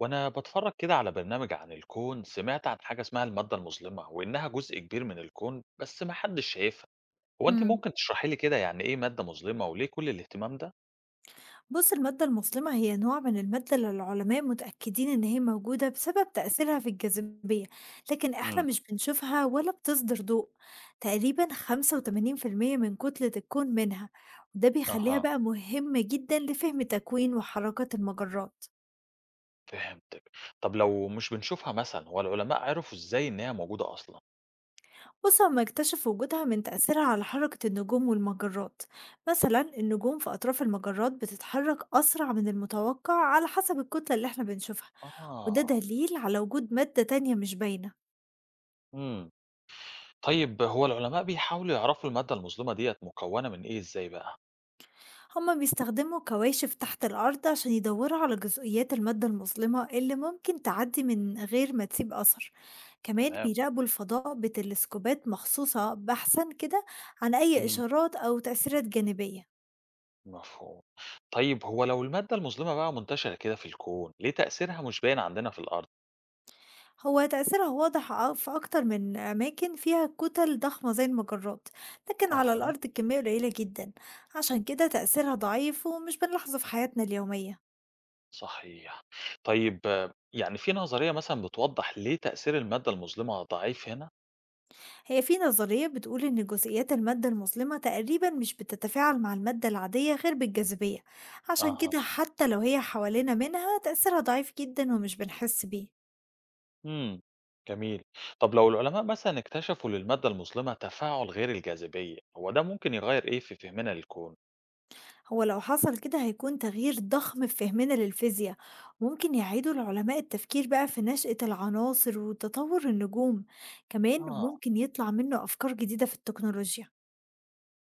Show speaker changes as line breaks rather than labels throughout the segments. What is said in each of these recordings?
وأنا بتفرج كده على برنامج عن الكون سمعت عن حاجة اسمها المادة المظلمة وإنها جزء كبير من الكون بس ما حدش شايفها. هو أنت
إمم.
ممكن تشرحي لي كده يعني إيه مادة مظلمة وليه كل الاهتمام ده؟
بُص المادة المظلمة هي نوع من المادة اللي العلماء متأكدين إن هي موجودة بسبب تأثيرها في الجاذبية، لكن إحنا
مم.
مش بنشوفها ولا بتصدر ضوء، تقريبًا 85% من كتلة الكون منها، وده بيخليها
أها،
بقى مهمة جدًا لفهم تكوين وحركة المجرات.
فهمتك. طب لو مش بنشوفها مثلا هو العلماء عرفوا إزاي إن هي موجودة أصلا؟
بُص هُم اكتشفوا وجودها من تأثيرها على حركة النجوم والمجرات، مثلًا النجوم في أطراف المجرات بتتحرك أسرع من المتوقع على حسب الكتلة اللي إحنا بنشوفها. وده
آه.
دليل على وجود مادة تانية مش باينة.
امم. طيب هو العلماء بيحاولوا يعرفوا المادة المظلمة ديت مكونة من إيه إزاي بقى؟
هما بيستخدموا كواشف تحت الأرض عشان يدوروا على جزئيات المادة المظلمة اللي ممكن تعدي من غير ما تسيب أثر، كمان
تمام.
بيراقبوا الفضاء بتلسكوبات مخصوصة بحثا كده عن أي
مم.
إشارات أو تأثيرات جانبية.
مفهوم. طيب هو لو المادة المظلمة بقى منتشرة كده في الكون ليه تأثيرها مش باين عندنا في الأرض؟
هو تأثيرها واضح في أكتر من أماكن فيها كتل ضخمة زي المجرات، لكن على
أها.
الأرض الكمية قليلة جدا، عشان كده تأثيرها ضعيف ومش بنلاحظه في حياتنا اليومية.
صحيح. طيب آه، يعني في نظرية مثلًا بتوضّح ليه تأثير المادة المظلمة ضعيف هنا؟
هي في نظرية بتقول إن جزيئات المادة المظلمة تقريبا مش بتتفاعل مع المادة العادية غير بالجاذبية، عشان
أها.
كده حتى لو هي حوالينا منها تأثيرها ضعيف جدا ومش بنحس بيه.
إمم. جميل. طب لو العلماء مثلًا اكتشفوا للمادة المظلمة تفاعل غير الجاذبية، هو ده ممكن يغيّر إيه في فهمنا للكون؟
هو لو حصل كده هيكون تغيير ضخم في فهمنا للفيزياء، ممكن يعيدوا العلماء التفكير بقى في نشأة العناصر وتطور النجوم، كمان
آه،
ممكن يطلع منه أفكار جديدة في التكنولوجيا.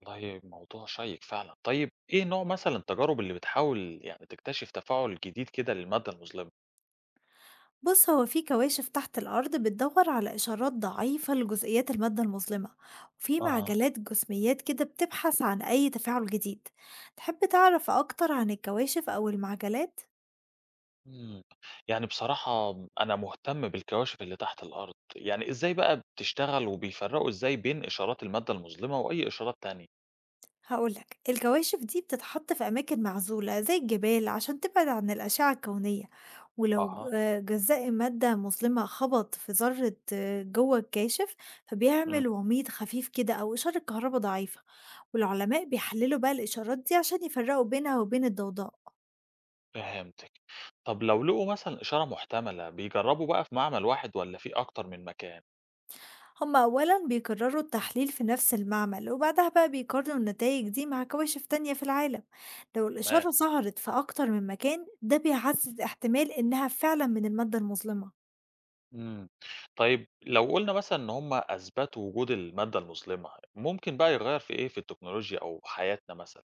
والله موضوع شيّق فعلًا. طيب إيه نوع مثلًا التجارب اللي بتحاول يعني تكتشف تفاعل جديد كده للمادة المظلمة؟
بص هو في كواشف تحت الأرض بتدور على إشارات ضعيفة لجزئيات المادة المظلمة، وفي
أها.
معجلات جسميات كده بتبحث عن أي تفاعل جديد. تحب تعرف أكتر عن الكواشف أو المعجلات؟
إمم. يعني بصراحة أنا مهتم بالكواشف اللي تحت الأرض، يعني إزاي بقى بتشتغل وبيفرّقوا إزاي بين إشارات المادة المظلمة وأي إشارات تانية؟
هاقول لك الكواشف دي بتتحط في أماكن معزولة زي الجبال عشان تبعد عن الأشعة الكونية، ولو
أها.
جزاء مادة مظلمة خبط في ذرة جوه الكاشف
إمم،
فبيعمل وميض خفيف كده أو إشارة كهرباء ضعيفة، والعلماء بيحللوا بقى الإشارات دي عشان يفرقوا بينها وبين الضوضاء.
فهمتِك. طب لو لقوا مثلًا إشارة محتملة، بيجرّبوا بقى في معمل واحد والّا في أكتر من مكان؟
هما أولا بيكرروا التحليل في نفس المعمل وبعدها بقى بيقارنوا النتائج دي مع كواشف تانية في العالم، لو
تمام.
الإشارة ظهرت في أكتر من مكان ده بيعزز احتمال إنها فعلا من المادة المظلمة.
إمم. طيب لو قُلنا مثلًا إن هم أثبتوا وجود المادة المظلمة، ممكن بقى يغيّر في إيه، في التكنولوجيا أو حياتنا مثلًا؟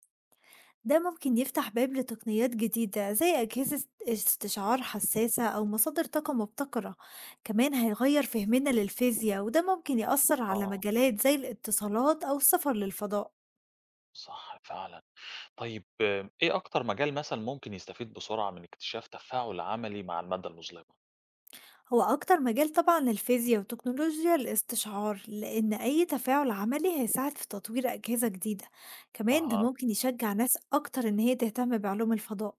ده ممكن يفتح باب لتقنيات جديدة زي أجهزة استشعار حساسة أو مصادر طاقة مبتكرة، كمان هيغير فهمنا للفيزياء وده ممكن يأثر على
آه.
مجالات زي الاتصالات أو السفر للفضاء.
صح فعلًا. طيب آه، إيه أكتر مجال مثلًا ممكن يستفيد بسرعة من اكتشاف تفاعل عملي مع المادة المظلمة؟
هو أكتر مجال طبعًا الفيزيا وتكنولوجيا الاستشعار، لإن أي تفاعل عملي هيساعد في تطوير أجهزة جديدة، كمان ده
أها.
ممكن يشجع ناس أكتر إن هي تهتم بعلوم الفضاء.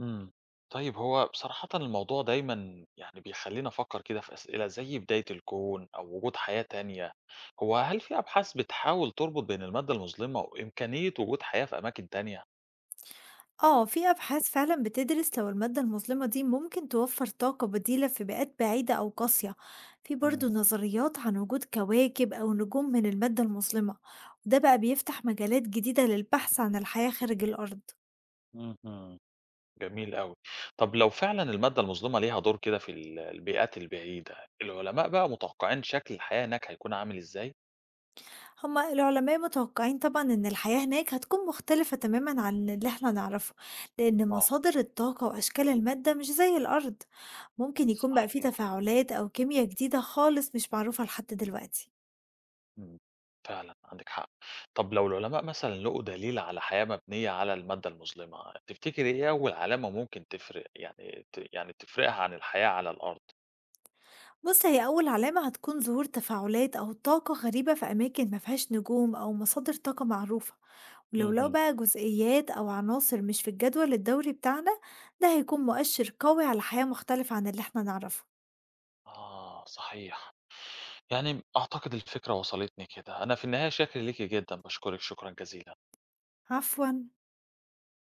إمم. طيب هو بصراحةً الموضوع دايمًا يعني بيخلّيني أفكّر كده في أسئلة زي بداية الكون أو وجود حياة تانية، هو هل في أبحاث بتحاول تربط بين المادة المظلمة وإمكانية وجود حياة في أماكن تانية؟
آه، في أبحاث فعلًا بتدرس لو المادة المظلمة دي ممكن توفر طاقة بديلة في بيئات بعيدة أو قاسية، في
إمم.
برضه نظريات عن وجود كواكب أو نجوم من المادة المظلمة، وده بقى بيفتح مجالات جديدة للبحث عن الحياة خارج الأرض.
اهم. جميل أوي. طب لو فعلًا المادة المظلمة ليها دور كده في البيئات البعيدة، العلماء بقى متوقعين شكل الحياة هناك هيكون عامل إزاي؟
هم العلماء متوقعين طبعًا إن الحياة هناك هتكون مختلفة تمامًا عن اللي إحنا نعرفه، لأن
آه،
مصادر الطاقة وأشكال المادة مش زي الأرض، ممكن يكون بقى في
صحيح.
تفاعلات أو كيميا جديدة خالص مش معروفة لحد دلوقتي.
إمم، فعلًا عندِك حق. طب لو العلماء مثلًا لقوا دليل على حياة مبنية على المادة المظلمة، تفتكري إيه أول علامة ممكن تفرق يعني يعني تفرقها عن الحياة على الأرض؟
بُص هي أول علامة هتكون ظهور تفاعلات أو طاقة غريبة في أماكن ما فيهاش نجوم أو مصادر طاقة معروفة، ولو لقوا
اهم.
بقى جزئيات أو عناصر مش في الجدول الدوري بتاعنا ده هيكون مؤشر قوي على حياة مختلفة عن اللي إحنا نعرفه.
آه، صحيح. يعني أعتقد الفكرة وصلتني كده. أنا في النهاية شاكر ليكِ جدًا، باشكرِك شكرًا جزيلًا.
عفوًا.